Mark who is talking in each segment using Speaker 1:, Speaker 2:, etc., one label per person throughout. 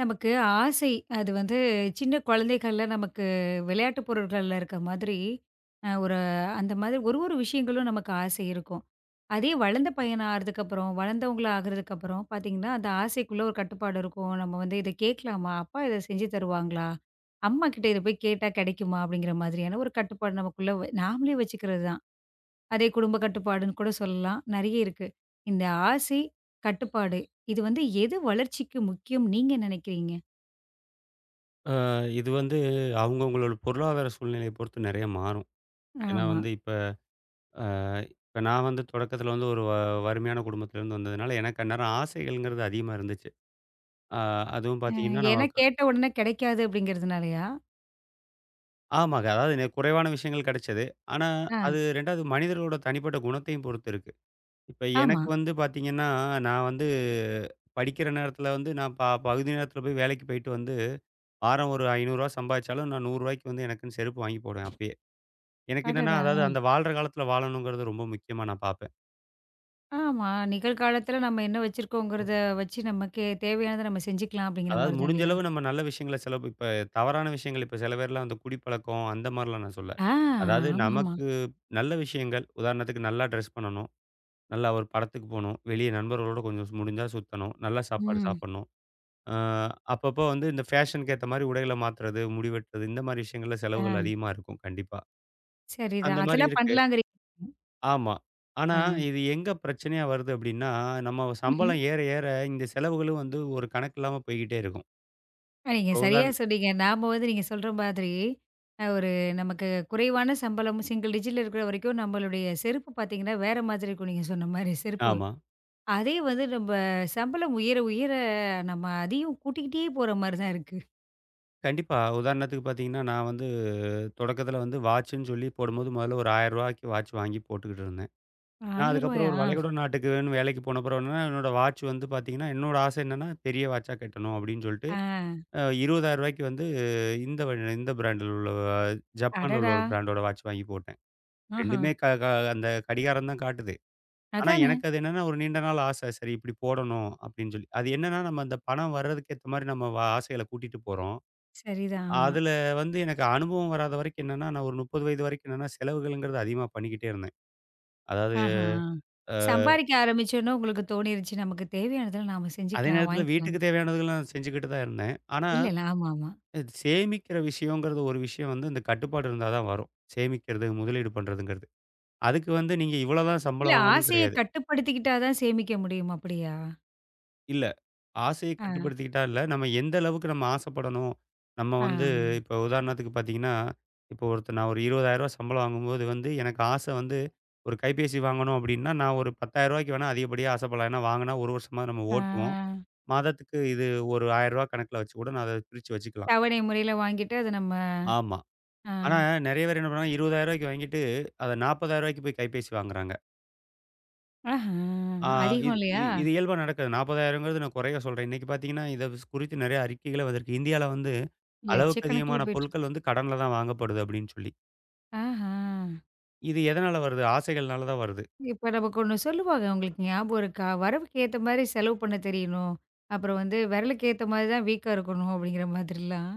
Speaker 1: நமக்கு ஆசை. அது வந்து சின்ன குழந்தைகள்ல நமக்கு விளையாட்டு பொருட்கள்ல இருக்க மாதிரி, ஒரு அந்த மாதிரி ஒரு ஒரு விஷயங்களும் நமக்கு ஆசை இருக்கும். அதே வளர்ந்த பையனா ஆறதுக்கப்புறம், வளர்ந்தவங்களா ஆகுறதுக்கப்புறம் பார்த்தீங்கன்னா, அந்த ஆசைக்குள்ள ஒரு கட்டுப்பாடு இருக்கும். நம்ம வந்து இத கேட்கலாமா? அப்பா இத செஞ்சு தருவாங்களா? அம்மா கிட்ட இத போய் கேட்டா கிடைக்குமா? அப்படிங்கிற மாதிரியான ஒரு கட்டுப்பாடு நமக்குள்ள நாமளே வச்சுக்கிறது தான். அதே குடும்ப கட்டுப்பாடுன்னு கூட சொல்லலாம். நெறைய இருக்கு. இந்த ஆசை, கட்டுப்பாடு இது வந்து எது வளர்ச்சிக்கு முக்கியம் நீங்க நினைக்கிறீங்க?
Speaker 2: அ இது வந்து அவங்கவங்களோட பொருளாதார சூழ்நிலைய பொறுத்து நெறைய மாறும். ஏன்னா
Speaker 1: ஆமா.
Speaker 2: வந்து அ இப்ப நான் வந்து தொடக்கத்தில வந்து ஒரு வறுமையான குடும்பத்திலேருந்து வந்ததுனால, எனக்கு அந்நேரம் ஆசைகள்ங்கிறது அதிகமா இருந்துச்சு. அ அதுவும்
Speaker 1: அ
Speaker 2: பார்த்தீங்கன்னா, நம்ம
Speaker 1: ஏன்னா கேட்ட உடனே கிடைக்காது அப்படிங்கிறதுனாலயா?
Speaker 2: ஆமாங்க. அதாவது குறைவான விஷயங்கள் கிடைச்சது. ஆனா,
Speaker 1: ஆ.
Speaker 2: அது 2வது மனிதர்களோட தனிப்பட்ட குணத்தையும் பொறுத்து இருக்கு. இப்ப
Speaker 1: ஆமா.
Speaker 2: எனக்கு வந்து பார்த்தீங்கன்னா, நான் வந்து படிக்கிற நேரத்தில வந்து நான் பகுதி நேரத்தில போய் வேலைக்கு போயிட்டு வந்து வாரம் ஒரு ரூ. 500 சம்பாதிச்சாலும் நான் ரூ. 100 வந்து எனக்குன்னு செருப்பு வாங்கி போடுவேன் அப்பயே. எனக்கு என்னன்னா,
Speaker 1: அடடா!
Speaker 2: அதாவது
Speaker 1: ஆ.
Speaker 2: அந்த வாழ்ற காலத்துல வாழணுங்கிறது ரொம்ப முக்கியமா நான் பார்ப்பேன்.
Speaker 1: ஆமா. நிகழ்காலத்துல நம்ம என்ன வச்சிருக்கோங்கிறத வச்சு நமக்கு தேவையானத நம்ம செஞ்சுக்கலாம் அப்படிங்கிற
Speaker 2: அதாவது
Speaker 1: மாரி தான்
Speaker 2: முடிஞ்ச
Speaker 1: இல்லையா?
Speaker 2: அளவு நம்ம நல்ல விஷயங்கள செலவு இப்ப தவறான விஷயங்கள் இப்ப சில பேர்லாம் அந்த குடிப்பழக்கம் அந்த மாரிலாம் நான் சொல்லல.
Speaker 1: ஆ,
Speaker 2: அதாவது
Speaker 1: ஆமாமா.
Speaker 2: நமக்கு நல்ல விஷயங்கள், உதாரணத்துக்கு நல்லா ட்ரெஸ் பண்ணணும், நல்லா ஒரு படத்துக்கு போணும், வெளிய நண்பர்களோட கொஞ்சம் முடிஞ்சா சுத்தணும், நல்ல சாப்பாடு
Speaker 1: ம்.
Speaker 2: சாப்பிடணும். அ அப்பப்போ வந்து இந்த ஃபேஷனுக்கு ஏத்த மாரி உடைகள மாத்துறது, முடி வெட்டுறது இந்த மாரி விஷயங்கள்ல
Speaker 1: ஆ,
Speaker 2: செலவுகள் அதிகமா இருக்கும் கண்டிப்பா. அந்த
Speaker 1: சரிதான்.
Speaker 2: மாரி
Speaker 1: அதெல்லாம்
Speaker 2: இருக்கு.
Speaker 1: பண்ணலாங்கிறீங்க.
Speaker 2: ஆமா. ஆனா,
Speaker 1: ஆ.
Speaker 2: இது எங்க பிரச்சனையா வருது அப்டின்னா, நம்ம
Speaker 1: ம்ஹ்ம்.
Speaker 2: சம்பளம் ஏற ஏற இந்த செலவுகளும் வந்து ஒரு கணக்கு இல்லாம போய்க்கிட்டே இருக்கும்.
Speaker 1: நீங்க
Speaker 2: இப்ப
Speaker 1: சரியா
Speaker 2: உதாரண
Speaker 1: சொன்னீங்க. நாம வந்து நீங்க சொல்ற மாதிரி ஒரு நமக்கு குறைவான சம்பளம் சிங்கிள் டிஜிட்ல இருக்கிற வரைக்கும் நம்மளுடைய செருப்பு பார்த்தீங்கன்னா, வேற மாதிரி இருக்கும் நீங்க சொன்ன மாரி செருப்பு.
Speaker 2: ஆமா.
Speaker 1: அதே வந்து சம்பளம் உயர உயர நம்ம அதையும் கூட்டிக்கிட்டே போற மாரி தான் இருக்கு.
Speaker 2: கண்டிப்பா. உதாரணத்துக்கு பார்த்தீங்கன்னா, நான் வந்து தொடக்கத்தில வந்து வாட்சுன்னு சொல்லி போடும்போது முதல்ல ஒரு ரூ. 1000க்கு வாட்ச் வாங்கி போட்டுக்கிட்டு இருந்தேன்.
Speaker 1: ரூ.
Speaker 2: நான் அதுக்கப்புறம் ஒரு
Speaker 1: 1000.
Speaker 2: வளைகுடா நாட்டுக்குன்னு வேலைக்கு போன அப்புறம் என்னன்னா, என்னோட வாட்ச் வந்து பார்த்தீங்கன்னா, என்னோட ஆசை என்னன்னா பெரிய வாட்சா கட்டணும் அப்டின்னு சொல்லிட்டு
Speaker 1: ஆ,
Speaker 2: ரூ. 20,000க்கு வந்து இந்த வ இந்த பிராண்டில உள்ள அஹ், ஜப்பான்ல உள்ள
Speaker 1: அடடா!
Speaker 2: ஒரு பிராண்டோட வாட்ச் வாங்கி போட்டேன்.
Speaker 1: ஆஹா!
Speaker 2: 2மே க க அந்த கடிகாரம் தான் காட்டுது. ஆனா
Speaker 1: அதானே!
Speaker 2: எனக்கு அது என்னன்னா, ஒரு நீண்ட நாள் ஆசை. சரி இப்படி போடணும் அப்படின்னு சொல்லி. அது என்னன்னா, நம்ம அந்த பணம் வர்றதுக்கு ஏத்த மாரி நம்ம ஆசைகள கூட்டிட்டு போறோம்.
Speaker 1: சரிதான். ஆமா.
Speaker 2: அதுல வந்து எனக்கு அனுபவம் வராத வரைக்கும் என்னன்னா, நான் ஒரு 30 வயது வரைக்கும் என்னன்னா, செலவுகள்ங்கிறது அதிகமா பண்ணிக்கிட்டே இருந்தேன். அதாவது
Speaker 1: ஆஹா!
Speaker 2: அ
Speaker 1: சம்பாரிக்க ஆரம்பிச்சோனே உங்களுக்கு தோணிருச்சு, நமக்கு தேவையானதெல்லாம் நாம
Speaker 2: அதே
Speaker 1: செஞ்சுக்கலாம்,
Speaker 2: நேரத்துல வீட்டுக்கு
Speaker 1: வாங்கிக்கலாம்னு.
Speaker 2: தேவையானதுலாம் செஞ்சுக்கிட்டு தான் இருந்தேன். ஆனா
Speaker 1: இல்லல்ல. ஆமாமா.
Speaker 2: இது சேமிக்கிற விஷயங்கிறது ஒரு விஷயம் வந்து இந்த கட்டுப்பாடு இருந்தா தான் வரும். சேமிக்கிறது, முதலீடு பண்றதுங்கிறது. அதுக்கு வந்து நீங்க இவ்வளோ தான்
Speaker 1: இல்ல
Speaker 2: சம்பளம் வாங்கணும்னு
Speaker 1: ஆசைய
Speaker 2: கிடையாது.
Speaker 1: கட்டுப்படுத்திக்கிட்டா தான் சேமிக்க முடியும் அப்படியா?
Speaker 2: இல்ல. ஆசைய
Speaker 1: ஆ,
Speaker 2: கட்டுப்படுத்திக்கிட்டா இல்ல. நம்ம எந்த அளவுக்கு நம்ம ஆசைப்படணும். நம்ம வந்து
Speaker 1: ஆ,
Speaker 2: இப்போ உதாரணத்துக்கு பார்த்தீங்கன்னா, இப்போ ஒருத்தர் நான் ஒரு ரூ. 20,000 சம்பளம் வாங்கும்போது வந்து, எனக்கு ஆசை வந்து ஒரு கைபேசி வாங்கணும் அப்டின்னா, நான் ஒரு ரூ. 10,000க்கு வேணா அதிகப்படியா ஆசைப்படலாம். ஏன்னா வாங்குனா 1 வருஷமா நம்ம
Speaker 1: ஆ.
Speaker 2: ஓட்டுவோம். மாதத்துக்கு இது ஒரு ரூ. 1,000 கணக்குல வச்சு கூட நான் அத பிரிச்சு வச்சுக்கலாம்.
Speaker 1: தவணை முறையில வாங்கிட்டு அத நம்ம
Speaker 2: ஆமா.
Speaker 1: ஆ.
Speaker 2: ஆனா நெறைய பேர் என்ன பண்ணுவாங்க ரூ. 20,000க்கு வாங்கிட்டு, அத ரூ. 40,000க்கு போய் கைபேசி வாங்குறாங்க.
Speaker 1: ஆஹா!
Speaker 2: ஆ
Speaker 1: அதிகம்
Speaker 2: இது இது
Speaker 1: இல்லையா?
Speaker 2: இது இயல்பா நடக்குது. 40,000ங்கிறது நான் குறைய சொல்றேன். இன்னைக்கு பார்த்தீங்கன்னா, இத குறித்து நெறைய அறிக்கைகளே வந்திருக்கு. இந்தியால வந்து அளவுக்கு
Speaker 1: லட்சக்கணக்குல
Speaker 2: அதிகமான
Speaker 1: போயிட்டு
Speaker 2: பொருட்கள் வந்து கடன்ல தான் வாங்கப்படுது அப்படின்னு சொல்லி.
Speaker 1: ஆஹா!
Speaker 2: இது எதனால வருது? ஆசைகள்னால தான் வருது.
Speaker 1: இப்ப நமக்கு ஒண்ணு சொல்லுவாங்க. உங்களுக்கு ஞாபகம் இருக்கா? "வரவுக்கு ஏத்த மாரி செலவு பண்ண தெரியணும். அப்புறம் வந்து விரலுக்கு ஏத்த மாரி தான் வீக்கா இருக்கணும்." அப்படிங்கிற மாதிரிலாம்.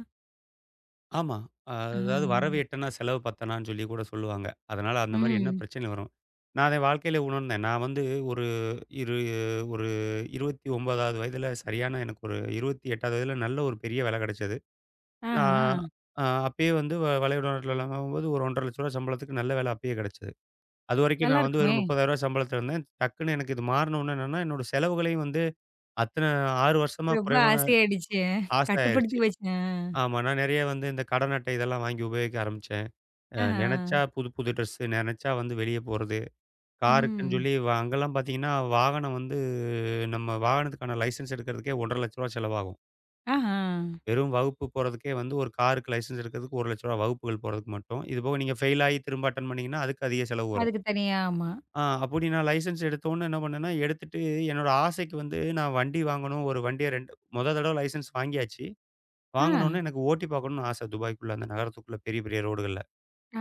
Speaker 2: ஆமா. அ
Speaker 1: ஆ.
Speaker 2: அதாவது வரவு எட்டனா செலவு பத்தனான்னு சொல்லி கூட சொல்லுவாங்க. அதனால அந்த மாரி என்ன
Speaker 1: ம்.
Speaker 2: பிரச்சனை வரும். நான் அதை வாழ்க்கையில உணர்ந்தேன். நான் வந்து ஒரு இரு ஒரு 29வது வயதில சரியான எனக்கு ஒரு 28வது வயதில நல்ல ஒரு பெரிய வேலை கிடைச்சது. ஆ
Speaker 1: ஆஹா.
Speaker 2: அ அப்பயே வந்து வலையுலகத்திலலாம் போகும்போது ஒரு ரூ. 1,50,000 சம்பளத்துக்கு நல்ல வேலை அப்பயே கிடைச்சது. அதுவரைக்கும்
Speaker 1: நல்லா
Speaker 2: நான் வந்து
Speaker 1: இருக்குமே!
Speaker 2: வெறும் ரூ. 30,000 சம்பளத்தில இருந்தேன். டக்குன்னு எனக்கு இது மாறுன உடனே என்னன்னா, என்னோட செலவுகளையும் வந்து அத்தன 6 வருஷமா
Speaker 1: ரொம்ப
Speaker 2: குறைவான
Speaker 1: ஆசையாயிடுச்சு. கட்டுப்படுத்தி
Speaker 2: ஆயிருச்சு.
Speaker 1: வச்சேன்.
Speaker 2: ஆமா. நான் நெறைய வந்து இந்த கடன் அட்டை இதெல்லாம் வாங்கி உபயோகிக்க ஆரம்பிச்சேன்.
Speaker 1: ஆஹா.
Speaker 2: நெனச்சா புது புது ட்ரெஸ்ஸு, நெனச்சா வந்து வெளிய போறது. காருக்குன்னு
Speaker 1: ம்.
Speaker 2: சொல்லி அங்கலாம் பார்த்தீங்கன்னா, வாகனம் வந்து நம்ம வாகனத்துக்கான லைசென்ஸ் எடுக்கிறதுக்கே ரூ. 1,50,000 செலவாகும்.
Speaker 1: ஆஹா.
Speaker 2: வெறும் வகுப்பு போறதுக்கே வந்து ஒரு காருக்கு லைசென்ஸ் எடுக்கிறதுக்கு ரூ. 1,00,000 வகுப்புகள் போறதுக்கு மட்டும். இது போக நீங்க ஃபெயில் ஆயி திரும்ப அட்டெண்ட் பண்ணீங்கன்னா, அதுக்கு அதிக செலவு வரும்.
Speaker 1: அதுக்கு தனியா ஆமா.
Speaker 2: அப்படி நான் லைசென்ஸ் எடுத்தோன்னே என்ன பண்ணேன்னா, எடுத்துட்டு என்னோட ஆசைக்கு வந்து நான் வண்டி வாங்கணும். ஒரு வண்டிய 2 தடவ லைசென்ஸ் வாங்கியாச்சு.
Speaker 1: ஆ.
Speaker 2: வாங்குனோனே எனக்கு ஓட்டி பார்க்கணும்னு ஆசை. துபாய்க்குள்ள அந்த நகரத்துக்குள்ள பெரிய, பெரிய ரோடுகள்ல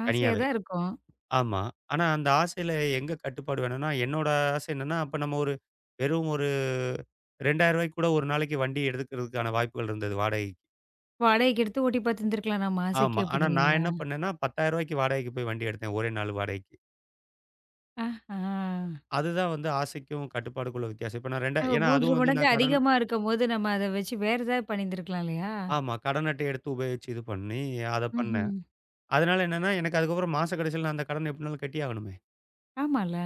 Speaker 1: ஆசையா
Speaker 2: தனியாவே.
Speaker 1: தான் இருக்கும்.
Speaker 2: ஆமா. ஆனா அந்த ஆசையில எங்க கட்டுப்பாடு வேணும்னா, என்னோட ஆசை என்னன்னா, அப்ப நம்ம ஒரு வெறும் ஒரு ரூ. 2,000 கூட ஒரு நாளைக்கு வண்டி எடுத்துக்கிறதுக்கான வாய்ப்புகள் இருந்தது வாடகைக்கு.
Speaker 1: வாடகைக்கு எடுத்து ஓட்டி பார்த்துருந்துக்கலாம் நம்ம
Speaker 2: ஆமா.
Speaker 1: ஆசைக்கு
Speaker 2: ஆனா நான்
Speaker 1: அப்படிங்கிறீங்களா?
Speaker 2: என்ன பண்ணேன்னா, ரூ. 10,000 வாடகைக்கு போய் வண்டி எடுத்தேன். ஒரே நாள் வாடகைக்கு.
Speaker 1: ஆஹா.
Speaker 2: அதுதான் வந்து ஆசைக்கும் கட்டுப்பாடுக்குள்ள வித்தியாசம். இப்ப நான் ரெண்டா
Speaker 1: அப்ப
Speaker 2: ஏன்னா
Speaker 1: 3
Speaker 2: அதுவும் வந்து
Speaker 1: மடங்கு
Speaker 2: நான் கடன்
Speaker 1: அதிகமா இருக்கும்போது, நம்ம அத வச்சு வேற ஏதாவது பண்ணியிருந்துருக்கலாம் இல்லையா?
Speaker 2: ஆமா. கடன் அட்டை எடுத்து உபயோகிச்சு இது பண்ணி அத பண்ணேன்.
Speaker 1: ம்ஹ்ம்.
Speaker 2: அதனால என்னன்னா, எனக்கு அதுக்கப்புறம் மாச கடைசியில நான் அந்த கடன எப்படினாலும் கட்டியே ஆகணுமே!
Speaker 1: ஆமால்ல.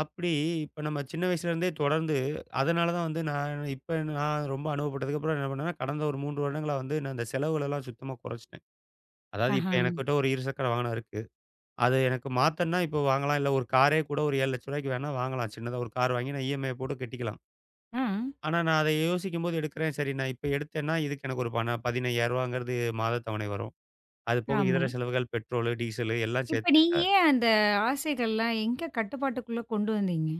Speaker 2: அப்படி இப்ப நம்ம சின்ன வயசுல இருந்தே தொடர்ந்து அதனால தான் வந்து நான் இப்ப நான் ரொம்ப அனுபவப்பட்டதுக்கு அப்புறம் என்ன பண்ணேன்னா, கடந்த ஒரு 3 வருடங்களா வந்து நான் இந்த செலவுகள் எல்லாம் சுத்தமா குறைச்சுட்டேன். அதாவது இப்ப
Speaker 1: ஆஹா.
Speaker 2: எனக்கிட்ட ஒரு இருசக்கர வாகனம் இருக்கு. அது எனக்கு மாத்தன்னா இப்ப வாங்கலாம். இல்ல ஒரு காரே கூட ஒரு ரூ. 7,00,000 வேணா வாங்கலாம். சின்னதா ஒரு கார் வாங்கி நான் இஎம்ஐ போட்டு கட்டிக்கலாம்.
Speaker 1: ஆ.
Speaker 2: ஆனா நான் அதை யோசிக்கும்போது எடுக்கிறேன். சரி நான் இப்ப எடுத்தேன்னா, இதுக்கு எனக்கு ஒரு பண ரூ. 15,000ங்கிறது மாத தவணை வரும். அது போக
Speaker 1: ஆமா.
Speaker 2: இதர செலவுகள் பெட்ரோலு, டீசலு எல்லாம்
Speaker 1: இப்ப
Speaker 2: சேர்த்து
Speaker 1: நீங்க ஏன் அந்த ஆசைகள்லாம் எங்க கட்டுப்பாட்டுக்குள்ள கொண்டு வந்தீங்க?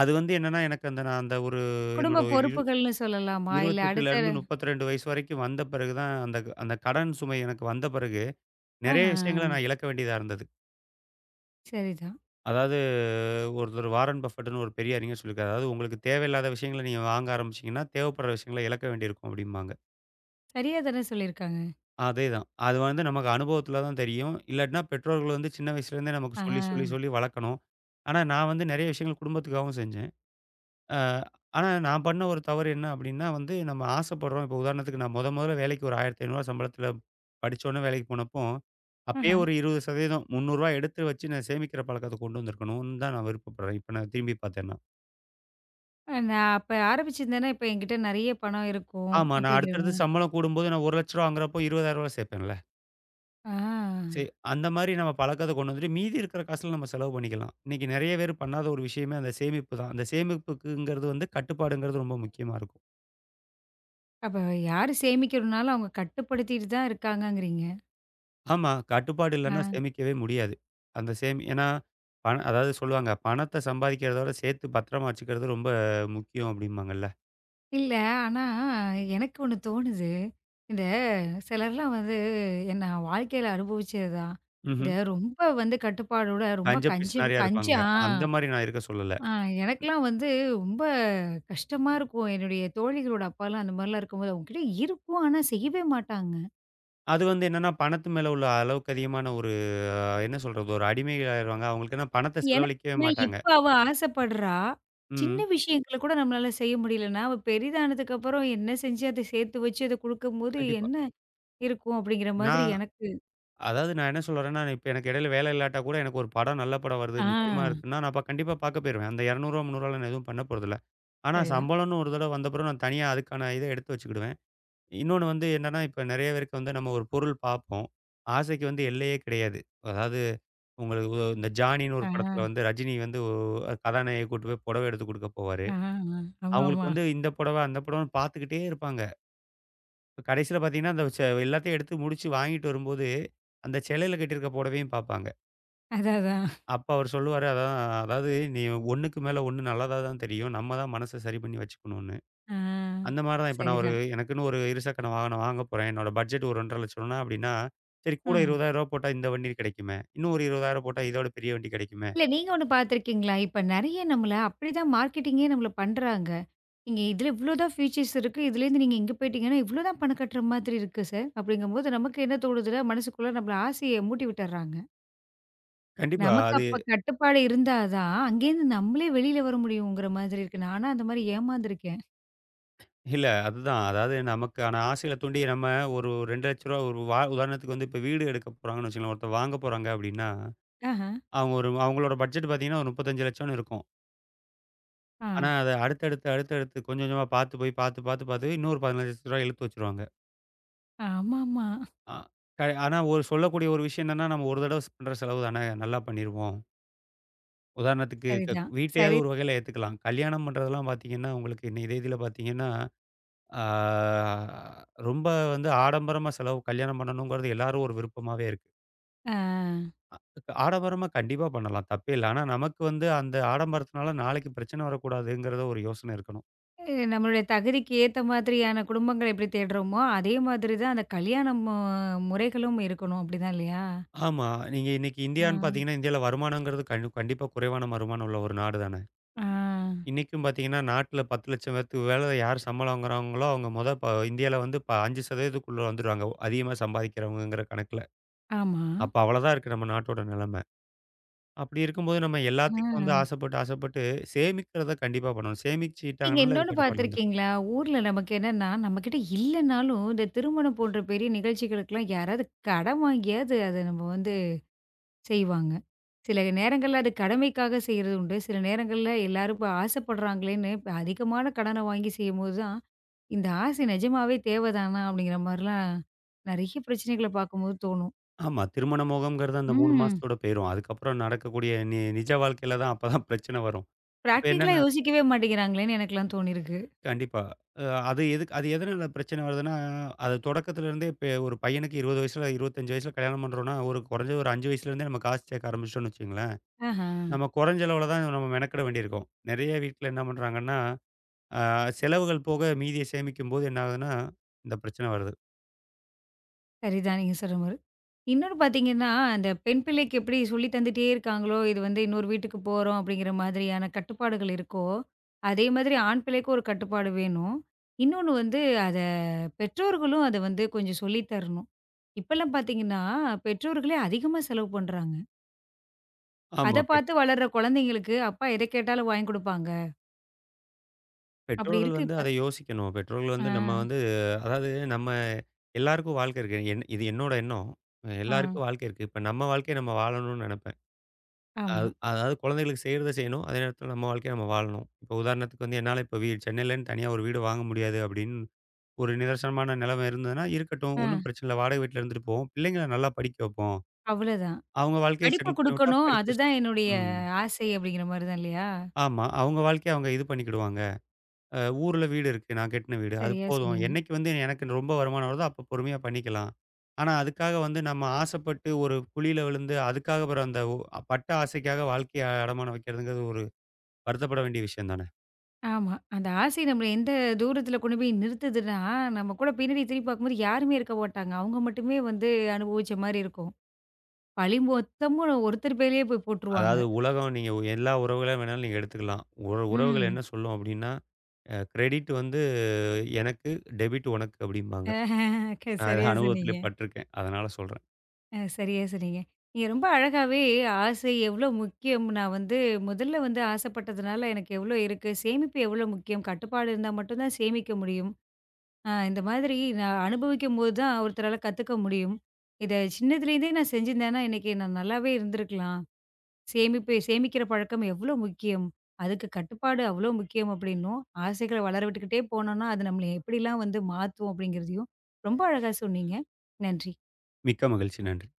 Speaker 2: அது வந்து என்னன்னா, எனக்கு அந்த நான் அந்த ஒரு என்னோட
Speaker 1: குடும்ப பொறுப்புகள்னு சொல்லலாமா? இல்ல அடுத்த
Speaker 2: 28லேருந்து 32 வயசு வரைக்கும் வந்த பிறகு தான் அந்த அந்த கடன் சுமை எனக்கு வந்த பிறகு, நெறைய
Speaker 1: ஆஹா.
Speaker 2: விஷயங்கள நான் இழக்க வேண்டியதா இருந்தது.
Speaker 1: சரிதான்.
Speaker 2: அதாவது ஒருத்தர் வாரன் பஃபெட்ன்னு ஒரு பெரிய அறிஞர் சொல்லியிருக்காரு. அதாவது உங்களுக்கு தேவையில்லாத விஷயங்கள நீங்க வாங்க ஆரம்பிச்சீங்கன்னா, தேவைப்படுற விஷயங்கள இழக்க வேண்டியிருக்கும் அப்டிம்பாங்க.
Speaker 1: சரியா தானே சொல்லியிருக்காங்க.
Speaker 2: அதேதான். அது வந்து நமக்கு அனுபவத்துல தான் தெரியும். இல்லாட்டினா பெற்றோர்கள் வந்து சின்ன வயசுலேருந்தே நமக்கு
Speaker 1: ஆஹா.
Speaker 2: சொல்லி, சொல்லி, சொல்லி வளர்க்கணும். ஆனா நான் வந்து நெறைய விஷயங்கள் குடும்பத்துக்காகவும் செஞ்சேன். அ ஆனா நான் பண்ண ஒரு தவறு என்ன அப்டின்னா வந்து, நம்ம ஆசைப்படுறோம். இப்போ உதாரணத்துக்கு நான் மொதல்ல வேலைக்கு ஒரு ரூ. 1,500 சம்பளத்தில படிச்சோனே வேலைக்கு போனப்போ, அப்பயே
Speaker 1: ஆஹா.
Speaker 2: ஒரு 20% ரூ. 300 எடுத்து வச்சு நான் சேமிக்கிற பழக்கத்த கொண்டு வந்திருக்கணும்னு தான் நான் விருப்பப்படுறேன். இப்ப நான் திரும்பி பார்த்தேன்னா.
Speaker 1: நான் அப்ப ஆரம்பிச்சிருந்தேன்னா, இப்ப என்கிட்ட நெறைய பணம் இருக்கும்
Speaker 2: ஆமா. நான்
Speaker 1: அப்படிங்கிற மா
Speaker 2: அடுத்தடுத்து சம்பளம் கூடும்போது நான் ரூ. 1,00,000 வாங்குறப்போ ரூ. 20,000 சேர்ப்பேன்ல.
Speaker 1: ஆ.
Speaker 2: சரி அந்த மாரி நம்ம பழக்கத்த கொண்டு வந்துட்டு, மீதி இருக்கிற காசுல நம்ம செலவு பண்ணிக்கலாம். இன்னைக்கு நெறைய பேர் பண்ணாத ஒரு விஷயமே அந்த சேமிப்பு தான். அந்த சேமிப்புக்குங்கிறது வந்து கட்டுப்பாடுங்கிறது ரொம்ப முக்கியமா இருக்கும்.
Speaker 1: அப்ப யாரு சேமிக்கணும்னாலும் அவங்க கட்டுப்படுத்திட்டு தான் இருக்காங்கங்கிறீங்க.
Speaker 2: ஆமா. கட்டுப்பாடு இல்லன்னா
Speaker 1: ஆ.
Speaker 2: சேமிக்கவே முடியாது. அந்த சேமி ஏன்னா, அதாவது சொல்லுவாங்க, "பணத்த சம்பாதிக்கிறதோட சேர்த்து பத்திரமா வச்சுக்கிறது ரொம்ப முக்கியம்." அப்படிம்பாங்கல்ல.
Speaker 1: இல்ல. ஆனா, எனக்கு ஒண்ணு தோணுது. இந்த சிலர்லாம் வந்து என்ன வாழ்க்கையில அனுபவிச்சது தான். இந்த
Speaker 2: ம்ஹ்ம்.
Speaker 1: ரொம்ப வந்து கட்டுப்பாடோட ரொம்ப
Speaker 2: பஞ்ச
Speaker 1: கஞ்சி
Speaker 2: பிசினாரியா
Speaker 1: கஞ்சி
Speaker 2: இருப்பாங்க.
Speaker 1: ஆ,
Speaker 2: அந்த மாரி நான் இருக்க சொல்லல.
Speaker 1: ஆ எனக்கெல்லாம் வந்து ரொம்ப கஷ்டமா இருக்கும். என்னுடைய தோழிகளோட அப்பாலாம் அந்த மாரிலாம் இருக்கும்போது, அவங்ககிட்ட இருக்கும். ஆனா செய்யவே மாட்டாங்க.
Speaker 2: அது வந்து என்னன்னா, பணத்து மேல உள்ள அளவுக்கு அதிகமான ஒரு என்ன சொல்றது? ஒரு அடிமை ஆயிருவாங்க. அவங்களுக்கு ஏன்னா பணத்த
Speaker 1: எனக்கு
Speaker 2: செலவழிக்கவே
Speaker 1: என்னன்னா,
Speaker 2: மாட்டாங்க.
Speaker 1: இப்ப அவ ஆசைப்படுறா. சின்ன
Speaker 2: ம்.
Speaker 1: விஷயங்கள கூட நம்மளால செய்ய முடியலன்னா, அவ பெரிதானதுக்கு அப்புறம் என்ன செஞ்சு அத சேர்த்து வச்சு அத குடுக்கும்போது,
Speaker 2: கண்டிப்பா.
Speaker 1: என்ன இருக்கும் அப்படிங்கிற மாதிரி
Speaker 2: நான்
Speaker 1: எனக்கு
Speaker 2: நான் என்ன சொல்ல வரேன்னா, இப்ப எனக்கு இடையில வேலை இல்லாட்டா கூட எனக்கு ஒரு படம் நல்ல படம் வருது,
Speaker 1: ஆ.
Speaker 2: முக்கியமா இருக்குன்னா, நான் அப்ப கண்டிப்பா பாக்க போயிருவேன். அந்த ரூ. 200 ரூ. 300லாம் நான் எதுவும் பண்ண போறதில்ல. ஆனா
Speaker 1: சரிதான்.
Speaker 2: சம்பளம்னு ஒரு தடவ வந்த பிறகு நான் தனியா அதுக்கான இத எடுத்து வச்சுக்கிடுவேன். இன்னொன்னு வந்து என்னன்னா, இப்ப நெறைய பேருக்கு வந்து நம்ம ஒரு பொருள் பாப்போம். ஆசைக்கு வந்து எல்லையே கிடையாது. அதாவது உங்களுக்கு இந்த ஜானின்னு
Speaker 1: ஆ,
Speaker 2: ஒரு படத்துல வந்து ரஜினி வந்து கதாநாயகிய கூட்டு போய் புடவ எடுத்து குடுக்க போவாரு.
Speaker 1: ஆ, ஆ.
Speaker 2: அவங்களுக்கு
Speaker 1: ஆமாமா.
Speaker 2: வந்து இந்த புடவ, அந்த புடவன்னு பாத்துக்கிட்டே இருப்பாங்க. இப்ப கடைசியில பாத்தீங்கன்னா, அந்த எல்லாத்தையும் எடுத்து முடிச்சு வாங்கிட்டு வரும்போது, அந்த செலையில கட்டியிருக்க புடவையும் பாப்பாங்க.
Speaker 1: அதான், அதான்.
Speaker 2: அப்ப அவரு சொல்லுவாரு, அதான் அதாவது நீ 1க்கு மேல 1 நல்லதா தான் தெரியும். நம்ம தான் மனச சரி பண்ணி வச்சுக்கணும்னு.
Speaker 1: ஆ.
Speaker 2: அந்த மாரி தான் இப்ப நான் ஒரு
Speaker 1: சரிதான்.
Speaker 2: எனக்குன்னு ஒரு இருசக்கர வாகனம் வாங்க போறேன். என்னோட பட்ஜெட் ஒரு 2,50,000 அப்படின்னா, சரி
Speaker 1: ஆ.
Speaker 2: கூட ரூ. 20,000 போட்டா இந்த வண்டி கிடைக்குமே. இன்னும் ஒரு 20,000 போட்டா இதோட பெரிய வண்டி கிடைக்குமே.
Speaker 1: இல்ல நீங்க ஒண்ணு பார்த்துருக்கீங்களா? இப்ப நெறைய நம்மள அப்படிதான் மார்க்கெட்டிங்கே நம்மள பண்றாங்க. நீங்க இதுல இவ்ளோ தான் ஃபீச்சர்ஸ் இருக்கு. இதுலேருந்து நீங்க இங்க போயிட்டீங்கன்னா, இவ்ளோ தான் பணம் கட்டுற மாதிரி இருக்கு சார். அப்படிங்கும்போது நமக்கு என்ன தோணுதுன்னா, மனசுக்குள்ள நம்மள ஆசைய மூட்டி விட்டுர்றாங்க.
Speaker 2: கண்டிப்பா
Speaker 1: நமக்கு
Speaker 2: அது
Speaker 1: அப்ப கட்டுப்பாடு இருந்தா தான், அங்கேருந்து நம்மளே வெளியில வர முடியுங்கிற மாதிரி இருக்கு. நானா அந்த மாரி ஏமாந்துருக்கேன்.
Speaker 2: இல்ல அதுதான். அதாவது நமக்கான ஆசைகள தூண்டி நம்ம ஒரு ரூ. 2,00,000 ஒரு உதாரணத்துக்கு வந்து இப்ப வீடு எடுக்க போறாங்கன்னு வச்சுக்கோங்களேன். ஒருத்தர் வாங்க போறாங்க அப்படின்னா,
Speaker 1: ஆஹ.
Speaker 2: அவங்களோட பட்ஜெட் பார்த்தீங்கன்னா ஒரு 35,00,000ன்னு இருக்கும்.
Speaker 1: ஆ.
Speaker 2: ஆனா, அத அடுத்தடுத்து, அடுத்தடுத்து கொஞ்சம் கொஞ்சமா பார்த்து போய் பார்த்து இன்னொரு ரூ. 15,00,000 இழுத்து வச்சுருவாங்க.
Speaker 1: ஆமாமா.
Speaker 2: அ க ஆனா ஒரு சொல்லக்கூடிய ஒரு விஷயம் என்னன்னா, நம்ம ஒரு தடவ பண்ற செலவு தானே, நல்லா பண்ணிருவோம். உதாரணத்துக்கு
Speaker 1: சரிதான். சரி.
Speaker 2: வீட்டையாவது ஒரு வகையில ஏத்துக்கலாம். கல்யாணம் பண்றதெல்லாம் பார்த்தீங்கன்னா, உங்களுக்கு இன்னைய தேதியில பார்த்தீங்கன்னா, ஆ ரொம்ப வந்து ஆடம்பரமா செலவு கல்யாணம் பண்ணணுங்கிறது எல்லாரும் ஒரு விருப்பமாவே இருக்கு.
Speaker 1: ஆ.
Speaker 2: ஆடம்பரமா கண்டிப்பா பண்ணலாம், தப்பே இல்ல. ஆனா நமக்கு வந்து அந்த ஆடம்பரத்தினால நாளைக்கு பிரச்சனை வரக்கூடாதுங்கிறத ஒரு யோசனை இருக்கணும்.
Speaker 1: அ நம்மளுடைய தகுதிக்கு ஏத்த மாதிரியான குடும்பங்கள எப்படி தேடுறோமோ, அதே மாதிரி தான் அந்த கல்யாணம் முறைகளும் இருக்கணும் அப்படிதான் இல்லையா?
Speaker 2: ஆமா. நீங்க இன்னைக்கு
Speaker 1: ஆ.
Speaker 2: இந்தியான்னு பார்த்தீங்கன்னா, இந்தியால வருமானங்கிறது கண்டிப்பா குறைவான வருமானம் உள்ள ஒரு நாடு தானே.
Speaker 1: ஆ.
Speaker 2: இன்னைக்கும் பார்த்தீங்கன்னா, நாட்டுல 10,00,000 பேத்துக்கு வேல யார் சம்பளம் வாங்குறாங்களோ, அவங்க மொத ப இந்தியால வந்து 5% க்குள்ள வந்துருவாங்க. அதிகமா சம்பாதிக்கிறவங்கங்கிற கணக்குல.
Speaker 1: ஆமா.
Speaker 2: அப்ப அவ்வளதான் இருக்கு நம்ம நாட்டோட நிலைமை. அப்படி இருக்கும்போது நம்ம
Speaker 1: ஆ.
Speaker 2: எல்லாத்துக்கும் வந்து ஆசைப்பட்டு, ஆசைப்பட்டு சேமிக்கிறத கண்டிப்பா பண்ணணும்.
Speaker 1: நீங்க
Speaker 2: சேமிச்சுட்டாங்கனால அது
Speaker 1: இன்னொன்னு
Speaker 2: கட்டுப்பாட்டுல வந்துரும்.
Speaker 1: பார்த்துருக்கீங்களா? ஊர்ல நமக்கு என்னன்னா, நம்மகிட்ட இல்லனாலும் இந்த திருமணம் போன்ற பெரிய நிகழ்ச்சிகளுக்கெல்லாம் யாராவது கடன் வாங்கியாவது அத நம்ம வந்து செய்வாங்க. சில நேரங்கள்ல அது கடமைக்காக செய்றது உண்டு. சில நேரங்கள்ல எல்லாரும் இப்ப ஆசைப்படுறாங்களேன்னு, இப்ப அதிகமான கடன வாங்கி செய்யும்போது தான், இந்த ஆசை நிஜமாவே தேவைதானா? அப்படிங்கிற மாரிலாம் நெறைய பிரச்சனைகள பார்க்கும்போது தோணும்.
Speaker 2: ஆமா. திருமண மோகம்ங்கிறது அந்த 3
Speaker 1: ம்.
Speaker 2: மாசத்தோட போயிரும். அதுக்கப்புறம் நடக்கக்கூடிய நிஜ வாழ்க்கையில தான் அப்பதான் பிரச்சனை வரும். இப்ப
Speaker 1: பிராக்டிகலா
Speaker 2: என்னன்னா
Speaker 1: யோசிக்கவே மாட்டேங்கிறாங்களேன்னு எனக்கெல்லாம் தோணியிருக்கு.
Speaker 2: கண்டிப்பா. அ அது எதனால பிரச்சனை வருதுன்னா, அது தொடக்கத்துல இருந்தே இப்ப ஒரு பையனுக்கு 20 வயசுல 25 வயசுல கல்யாணம் பண்றோம்ன்னா, ஒரு குறைஞ்சது ஒரு 5 வயசுல இருந்தே நம்ம காசு சேர்க்க ஆரம்பிச்சிட்டோம்ன்னு வச்சுக்கங்களேன்,
Speaker 1: ஆஹா.
Speaker 2: நம்ம குறைஞ்ச அளவுல தான் நம்ம மெனக்கெட வேண்டியிருக்கும். நெறைய வீட்ல என்ன பண்றாங்கன்னா, அ செலவுகள் போக மீதிய சேமிக்கும்போது என்ன ஆகுதுன்னா, இந்த பிரச்சனை வருது.
Speaker 1: சரிதான் நீங்க சொல்ற மாரி. இன்னொன்னு பார்த்தீங்கன்னா, அந்த பெண் பிள்ளைக்கு எப்படி சொல்லி தந்துட்டே இருக்காங்களோ, இது வந்து இன்னொரு வீட்டுக்கு போறோம் அப்படிங்கிற மாதிரியான கட்டுப்பாடுகள் இருக்கோ, அதே மாதிரி ஆண் பிள்ளைக்கும் ஒரு கட்டுப்பாடு வேணும். இன்னொன்னு வந்து அத பெற்றோர்களும் அத வந்து கொஞ்சம் சொல்லி தரணும். இப்பலாம் பார்த்தீங்கன்னா, பெற்றோர்களே அதிகமா செலவு பண்றாங்க. அத
Speaker 2: ஆமா.
Speaker 1: பார்த்து வளர்ற குழந்தைங்களுக்கு, அப்பா எத கேட்டாலும் வாங்கி குடுப்பாங்க. அப்படி
Speaker 2: பெற்றோர்கள்
Speaker 1: இருக்கு
Speaker 2: வந்து
Speaker 1: இப்ப.
Speaker 2: அதை யோசிக்கணும். பெற்றோர்கள்
Speaker 1: ஆ,
Speaker 2: வந்து நம்ம வந்து அதாவது நம்ம எல்லாருக்கும் வாழ்க்கை இருக்கு. என் இது என்னோட எண்ணம்.
Speaker 1: ஆ,
Speaker 2: எல்லாருக்கும் வாழ்க்கை இருக்கு. இப்ப நம்ம வாழ்க்கைய நம்ம வாழணும்னு நெனைப்பேன்.
Speaker 1: ஆமா.
Speaker 2: அது அதாவது குழந்தைகளுக்கு செய்றத செய்யணும். அதே நேரத்தில நம்ம வாழ்க்கைய நம்ம வாழணும். இப்போ உதாரணத்துக்கு வந்து என்னால இப்போ சென்னையிலன்னு தனியா ஒரு வீடு வாங்க முடியாது அப்படின்னு ஒரு நிதர்சனமான நிலைமை இருந்ததுன்னா, இருக்கட்டும்
Speaker 1: ஆ,
Speaker 2: ஒண்ணும் பிரச்சனை இல்ல. வாடகை வீட்ல இருந்துட்டு போவோம். பிள்ளைங்கள நல்லா படிக்க வைப்போம்.
Speaker 1: அவ்வளதான்.
Speaker 2: அவங்க வாழ்க்கைய
Speaker 1: படிப்பு
Speaker 2: செட்டில் பண்ணி விட்டா
Speaker 1: குடுக்கணும்.
Speaker 2: படிக்க
Speaker 1: அதுதான் என்னுடைய
Speaker 2: ம்.
Speaker 1: ஆசை அப்படிங்கிற மாரி தான் இல்லையா?
Speaker 2: ஆமா. அவங்க வாழ்க்கைய அவங்க இது பண்ணிக்கிடுவாங்க. ஊர்ல வீடு இருக்கு. நான் கட்டின வீடு. அது
Speaker 1: சரியா
Speaker 2: போதும்.
Speaker 1: சொன்னீங்க.
Speaker 2: என்னைக்கு வந்து எனக்கு ரொம்ப வருமானம் வருதோ அப்ப பொறுமையா பண்ணிக்கலாம். ஆனா அதுக்காக வந்து நம்ம ஆசைப்பட்டு ஒரு குழியில விழுந்து அதுக்காக அப்புறம் அந்த பட்ட ஆசைக்காக வாழ்க்கைய அடமானம் வைக்கிறதுங்கிறது ஒரு வருத்தப்பட வேண்டிய விஷயம் தானே.
Speaker 1: ஆமா. அந்த ஆசை நம்மள எந்த தூரத்தில கொண்டு போய் நிறுத்துதுன்னா, நம்ம கூட பின்னாடி திரும்பி பார்க்கும்போது யாருமே இருக்க மாட்டாங்க. அவங்க மட்டுமே வந்து அனுபவிச்ச மாரி இருக்கும். பழி மொத்தமும் ஒருத்தர் பேர்லயே போய் போட்டுருவாங்க.
Speaker 2: அதாவது உலகம் நீங்க எல்லா உறவுகள வேணாலும் நீங்க எடுத்துக்கலாம். உறவுகள்
Speaker 1: ம்.
Speaker 2: என்ன சொல்லும் அப்டின்னா, கிரெடிட் வந்து எனக்கு, டெபிட் உனக்கு அப்டிம்பாங்க.
Speaker 1: க
Speaker 2: நான் இத
Speaker 1: சரியா சொன்னீங்க.
Speaker 2: அனுபவத்திலே பட்டுருக்கேன். அதனால சொல்றேன்.
Speaker 1: சரியா சொன்னீங்க. நீங்க ரொம்ப அழகாவே ஆசை எவ்ளோ முக்கியம், நான் வந்து முதல்ல வந்து ஆசைப்பட்டதுனால எனக்கு எவ்ளோ இருக்கு, சேமிப்பு எவ்ளோ முக்கியம், கட்டுப்பாடு இருந்தா மட்டும் தான் சேமிக்க முடியும். ஆ இந்த மாதிரி நான் அனுபவிக்கும்போது தான் ஒருத்தரால கத்துக்க முடியும். இத சின்னதுலேருந்தே நான் செஞ்சிருந்தேன்னா, இன்னைக்கு நான் நல்லாவே இருந்திருக்கலாம். சேமிப்பு சேமிக்கிற பழக்கம் எவ்ளோ முக்கியம். அதுக்கு கட்டுப்பாடு அவ்ளோ முக்கியம் அப்படின்னும், ஆசைகள வளர விட்டுக்கிட்டே போனோம்னா, அது நம்மள எப்படிலாம் வந்து மாத்தும் அப்படிங்கிறதையும் ரொம்ப அழகா சொன்னீங்க. நன்றி.
Speaker 2: மிக்க மகிழ்ச்சி. நன்றி.